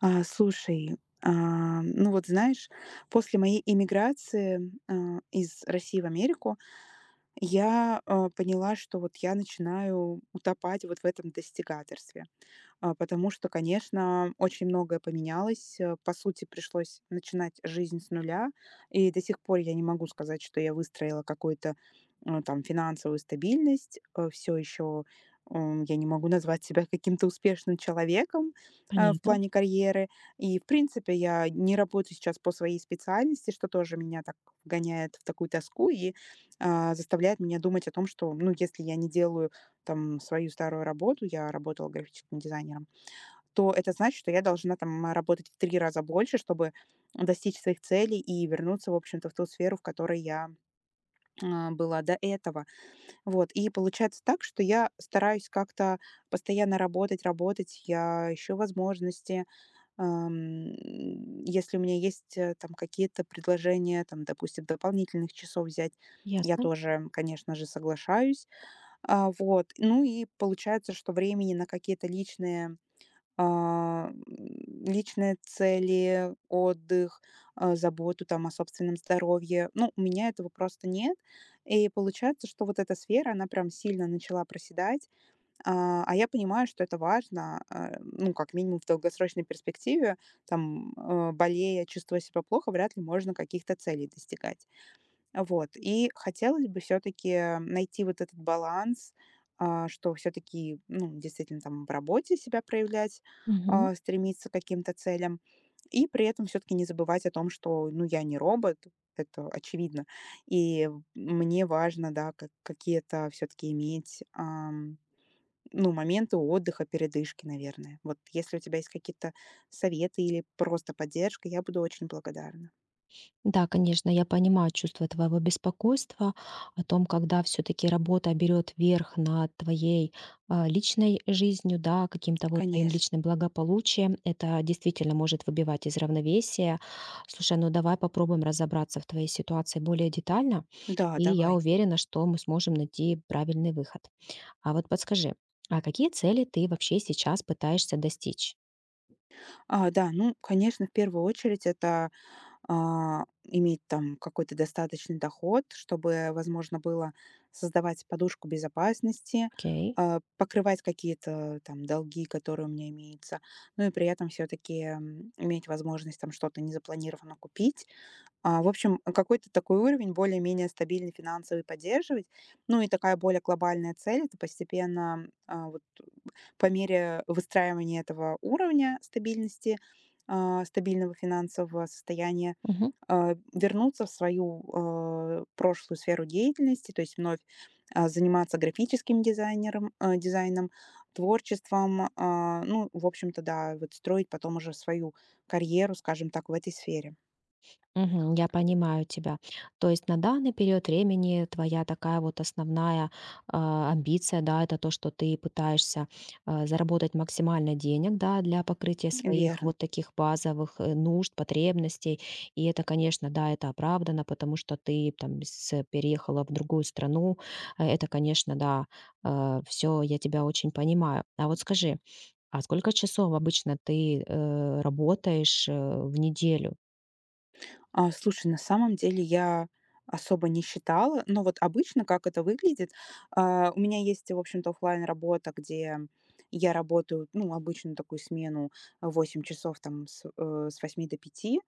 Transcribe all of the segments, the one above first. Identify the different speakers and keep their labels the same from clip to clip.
Speaker 1: Слушай, ну вот знаешь, после моей эмиграции, из России в Америку я, поняла, что вот я начинаю утопать вот в этом достигаторстве. Потому что, конечно, очень многое поменялось. По сути, пришлось начинать жизнь с нуля. И до сих пор я не могу сказать, что я выстроила какую-то, там, финансовую стабильность. Все еще я не могу назвать себя каким-то успешным человеком, в
Speaker 2: Понятно,
Speaker 1: плане карьеры. И, в принципе, я не работаю сейчас по своей специальности, что тоже меня так вгоняет в такую тоску и заставляет меня думать о том, что, ну, если я не делаю там свою старую работу — я работала графическим дизайнером — то это значит, что я должна там работать в 3 раза больше, чтобы достичь своих целей и вернуться, в общем-то, в ту сферу, в которой я, была до этого. Вот, и получается так, что я стараюсь как-то постоянно работать, работать. Я ищу возможности. Ам, Если у меня есть, там какие-то предложения, там, допустим, дополнительных часов взять, я
Speaker 2: ясно.
Speaker 1: тоже, конечно же, соглашаюсь. Вот. Ну и получается, что времени на какие-то личные, а, м, личные цели, отдых, заботу там о собственном здоровье, ну, у меня этого просто нет. И получается, что вот эта сфера, она прям сильно начала проседать. А я понимаю, что это важно, ну, как минимум в долгосрочной перспективе, там, болея, чувствуя себя плохо, вряд ли можно каких-то целей достигать. Вот. И хотелось бы все таки найти вот этот баланс, что все таки, ну, действительно, там в работе себя проявлять,
Speaker 2: Мгм.
Speaker 1: стремиться к каким-то целям. И при этом все таки не забывать о том, что, ну, я не робот, это очевидно. И мне важно, да, как какие-то все таки иметь, ну, моменты отдыха, передышки, наверное. Вот если у тебя есть какие-то советы или просто поддержка, я буду очень благодарна.
Speaker 2: Да, конечно, я понимаю чувство твоего беспокойства о том, когда все-таки работа берет верх над твоей личной жизнью, да, каким-то вот твоим
Speaker 1: Конечно.
Speaker 2: личным благополучием. Это действительно может выбивать из равновесия. Слушай, ну давай попробуем разобраться в твоей ситуации более детально,
Speaker 1: Да,
Speaker 2: и я
Speaker 1: давай.
Speaker 2: уверена, что мы сможем найти правильный выход. А вот подскажи, а какие цели ты вообще сейчас пытаешься достичь?
Speaker 1: Да, ну, конечно, в первую очередь это иметь там какой-то достаточный доход, чтобы возможно было создавать подушку безопасности,
Speaker 2: Окей.
Speaker 1: покрывать какие-то там долги, которые у меня имеются, ну и при этом все-таки иметь возможность там что-то незапланированно купить. В общем, какой-то такой уровень более-менее стабильный финансовый поддерживать. Ну и такая более глобальная цель — это постепенно, вот по мере выстраивания этого уровня стабильности, стабильного финансового состояния, вернуться в свою, прошлую сферу деятельности, то есть вновь, заниматься графическим дизайнером, дизайном, творчеством. Ну, в общем-то, да, вот строить потом уже свою карьеру, скажем так, в этой сфере.
Speaker 2: Мгм. Я понимаю тебя. То есть на данный период времени твоя такая вот основная амбиция, да, это то, что ты пытаешься заработать максимально денег, да, для покрытия своих
Speaker 1: Верно.
Speaker 2: вот таких базовых нужд, потребностей. И это, конечно, да, это оправдано, потому что ты там переехала в другую страну. Это, конечно, да, все, я тебя очень понимаю. А вот скажи, а сколько часов обычно ты работаешь в неделю?
Speaker 1: Слушай, на самом деле я особо не считала, но вот обычно как это выглядит. У меня есть, в общем-то, оффлайн работа, где я работаю, ну, обычно такую смену 8 часов там с 8 до пяти,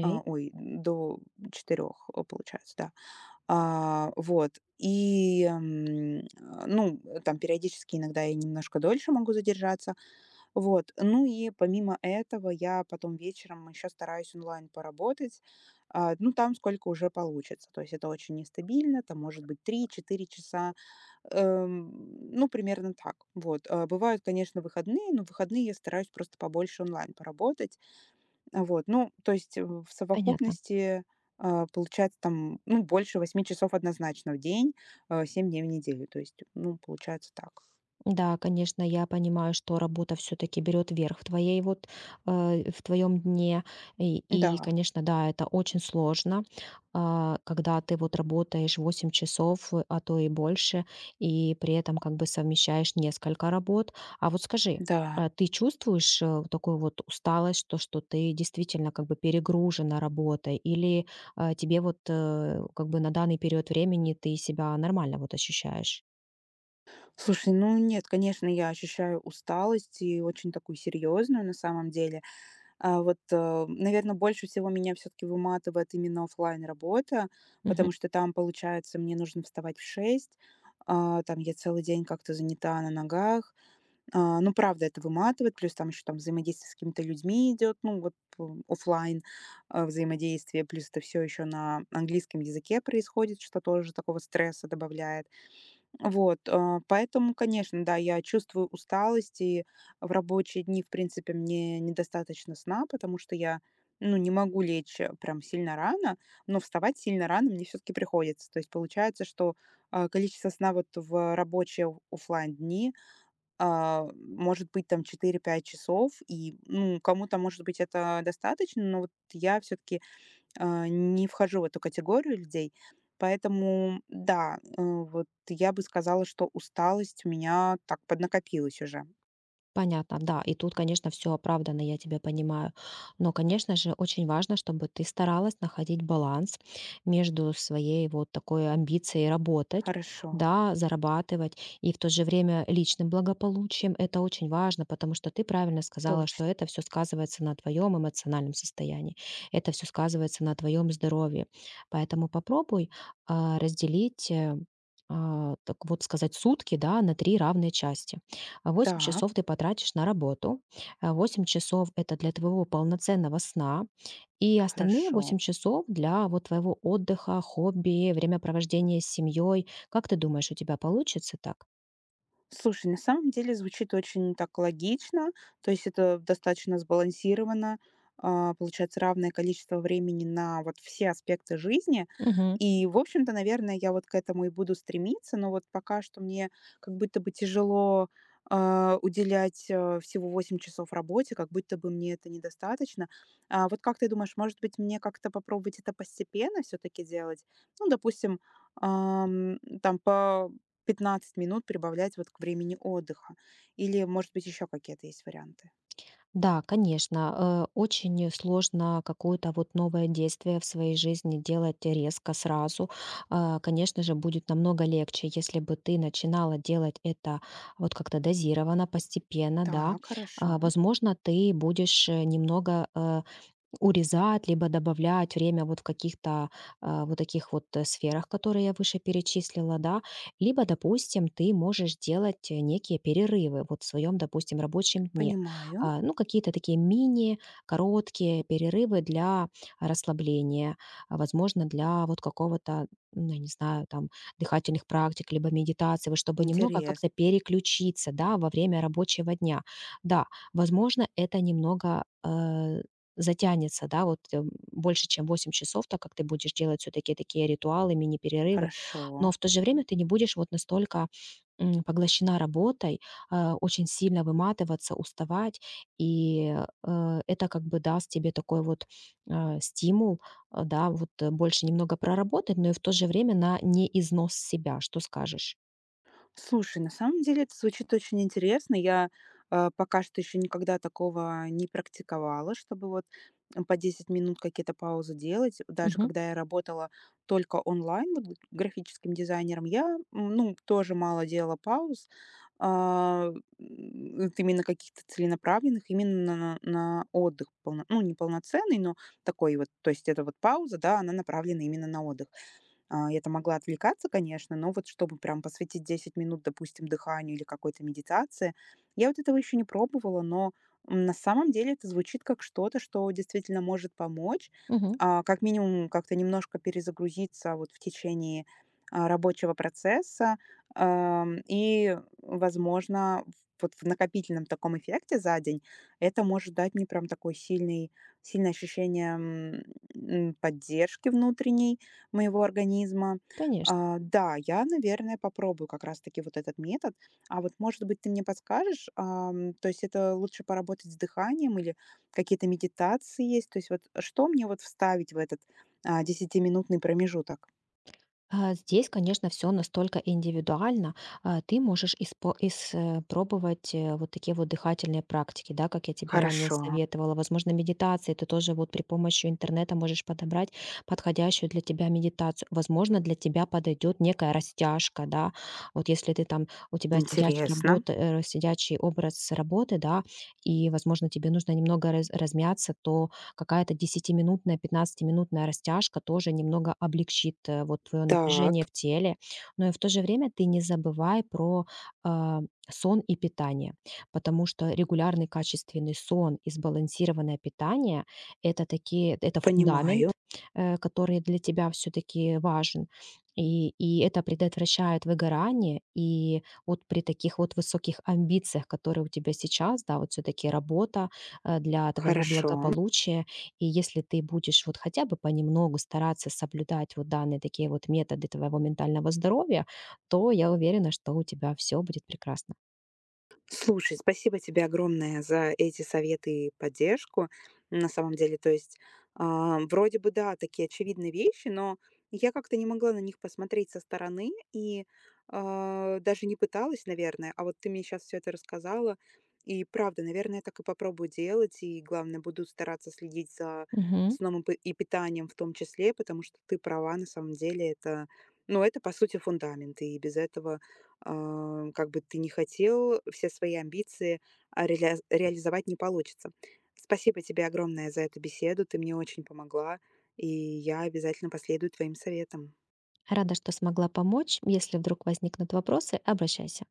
Speaker 1: ой, до 4, получается, да. Вот. И, ну, там периодически иногда я немножко дольше могу задержаться, вот. Ну и помимо этого я потом вечером еще стараюсь онлайн поработать. Ну, там сколько уже получится. То есть это очень нестабильно, там может быть 3-4 часа, ну, примерно так. Вот. Бывают, конечно, выходные, но в выходные я стараюсь просто побольше онлайн поработать. Вот. Ну, то есть, в
Speaker 2: Понятно.
Speaker 1: совокупности получается там, ну, больше 8 часов однозначно в день, 7 дней в неделю. То есть, ну, получается так.
Speaker 2: Да, конечно, я понимаю, что работа все-таки берет верх в твоей вот в твоем дне. И, и
Speaker 1: Да,
Speaker 2: конечно, да, это очень сложно, когда ты вот работаешь 8 часов, а то и больше, и при этом как бы совмещаешь несколько работ. А вот скажи,
Speaker 1: да.
Speaker 2: а ты чувствуешь вот такую вот усталость, то, что ты действительно как бы перегружена работой, или тебе вот как бы на данный период времени ты себя нормально вот ощущаешь?
Speaker 1: Слушай, ну нет, конечно, я ощущаю усталость и очень такую серьезную на самом деле. А вот, наверное, больше всего меня все-таки выматывает именно оффлайн работа, потому что там, получается, мне нужно вставать в 6, там я целый день как-то занята на ногах. Ну, правда, это выматывает, плюс там еще там взаимодействие с какими-то людьми идет, ну, вот, оффлайн взаимодействие, плюс это все еще на английском языке происходит, что тоже такого стресса добавляет. Вот, поэтому, конечно, да, я чувствую усталость, и в рабочие дни, в принципе, мне недостаточно сна, потому что я, ну, не могу лечь, прям сильно рано, но вставать сильно рано мне все-таки приходится. То есть получается, что, количество сна вот в рабочие оффлайн дни, может быть там 4-5 часов, и, ну, кому-то, может быть, это достаточно, но вот я все-таки, не вхожу в эту категорию людей. Поэтому да, вот я бы сказала, что усталость у меня так поднакопилась уже.
Speaker 2: Понятно, да. И тут, конечно, все оправдано, я тебя понимаю. Но, конечно же, очень важно, чтобы ты старалась находить баланс между своей вот такой амбицией работать,
Speaker 1: Хорошо,
Speaker 2: да, зарабатывать, и в то же время личным благополучием. Это очень важно, потому что ты правильно сказала,
Speaker 1: точно.
Speaker 2: что это все сказывается на твоем эмоциональном состоянии, это все сказывается на твоем здоровье. Поэтому попробуй, разделить, так вот сказать, сутки, да, на 3 равные части. А 8
Speaker 1: Так,
Speaker 2: часов ты потратишь на работу. А 8 часов - это для твоего полноценного сна. И остальные
Speaker 1: хорошо.
Speaker 2: 8 часов для вот твоего отдыха, хобби, времяпровождения с семьей. Как ты думаешь, у тебя получится так?
Speaker 1: Слушай, на самом деле звучит очень так логично, то есть это достаточно сбалансировано, получается равное количество времени на вот все аспекты жизни.
Speaker 2: Мгм.
Speaker 1: И, в общем-то, наверное, я вот к этому и буду стремиться, но вот пока что мне как будто бы тяжело уделять всего 8 часов работе, как будто бы мне это недостаточно. А вот как ты думаешь, может быть, мне как-то попробовать это постепенно все-таки делать? Ну, допустим, там по 15 минут прибавлять вот к времени отдыха. Или, может быть, еще какие-то есть варианты?
Speaker 2: Да, конечно, очень сложно какое-то вот новое действие в своей жизни делать резко сразу. Конечно же, будет намного легче, если бы ты начинала делать это вот как-то дозированно, постепенно, да.
Speaker 1: Так, хорошо.
Speaker 2: Возможно, ты будешь немного урезать, либо добавлять время вот в каких-то, вот таких вот, сферах, которые я выше перечислила, да. Либо, допустим, ты можешь делать, некие перерывы вот в своем, допустим, рабочем дне.
Speaker 1: Понимаю.
Speaker 2: Ну, какие-то такие мини, короткие перерывы для расслабления, возможно, для вот какого-то, ну, я не знаю, там, дыхательных практик, либо медитации, вот чтобы немного
Speaker 1: Интерес.
Speaker 2: как-то переключиться, да, во время рабочего дня. Да, возможно, это немного, затянется, да, вот, больше, чем 8 часов, так как ты будешь делать все таки такие ритуалы, мини-перерывы.
Speaker 1: Хорошо.
Speaker 2: Но в то же время ты не будешь вот настолько, поглощена работой, очень сильно выматываться, уставать. И это как бы даст тебе такой вот, стимул, да, вот, больше немного проработать, но и в то же время на не износ себя. Что скажешь?
Speaker 1: Слушай, на самом деле это звучит очень интересно. Я, пока что еще никогда такого не практиковала, чтобы вот, по 10 минут какие-то паузы делать. Даже
Speaker 2: Мгм,
Speaker 1: когда я работала только онлайн, вот, графическим дизайнером, я, ну, тоже мало делала пауз. А, вот именно каких-то целенаправленных, именно на отдых, полно ну, не полноценный, но такой вот. То есть это вот пауза, да, она направлена именно на отдых. Я-то могла отвлекаться, конечно, но вот чтобы прям посвятить 10 минут, допустим, дыханию или какой-то медитации, я вот этого еще не пробовала, но, на самом деле это звучит как что-то, что действительно может помочь,
Speaker 2: мгм.
Speaker 1: как минимум как-то немножко перезагрузиться вот в течение рабочего процесса, и, возможно, вот в накопительном таком эффекте за день это может дать мне прям такой сильный, сильное ощущение поддержки внутренней, моего организма.
Speaker 2: Конечно.
Speaker 1: Да, я, наверное, попробую как раз-таки вот этот метод. А вот, может быть, ты мне подскажешь, то есть это лучше поработать с дыханием или какие-то медитации есть? То есть вот что мне вот вставить в этот десятиминутный промежуток?
Speaker 2: Здесь, конечно, все настолько индивидуально. Ты можешь пробовать вот такие вот дыхательные практики, да, как я тебе ранее
Speaker 1: Хорошо,
Speaker 2: советовала. Возможно, медитации ты тоже вот при помощи интернета можешь подобрать подходящую для тебя медитацию. Возможно, для тебя подойдет некая растяжка, да. Вот если ты там, у тебя сидячий
Speaker 1: интересно.
Speaker 2: работа, сидячий образ работы, да, и, возможно, тебе нужно немного размяться, то какая-то десятиминутная, пятнадцатиминутная растяжка тоже немного облегчит, вот твоё
Speaker 1: Так,
Speaker 2: напряжение в теле. Но и в то же время ты не забывай про, а, сон и питание, потому что регулярный качественный сон и сбалансированное питание - это такие это
Speaker 1: понимаю.
Speaker 2: фундамент, который для тебя всё-таки важен. И это предотвращает выгорание. И вот при таких вот высоких амбициях, которые у тебя сейчас, да, вот всё-таки работа, для твоего
Speaker 1: Хорошо.
Speaker 2: благополучия, и если ты будешь вот хотя бы понемногу стараться соблюдать вот данные такие вот методы твоего ментального здоровья, то я уверена, что у тебя все будет прекрасно.
Speaker 1: Слушай, спасибо тебе огромное за эти советы и поддержку. На самом деле, то есть, вроде бы, да, такие очевидные вещи, но я как-то не могла на них посмотреть со стороны и даже не пыталась, наверное. А вот ты мне сейчас все это рассказала. И правда, наверное, я так и попробую делать. И главное, буду стараться следить за
Speaker 2: Мгм.
Speaker 1: сном и и питанием в том числе, потому что ты права, на самом деле, это, ну, это, по сути, фундамент. И без этого, как бы ты не хотел, все свои амбиции, а, реаля реализовать не получится. Спасибо тебе огромное за эту беседу. Ты мне очень помогла, и я обязательно последую твоим советам.
Speaker 2: Рада, что смогла помочь. Если вдруг возникнут вопросы, обращайся.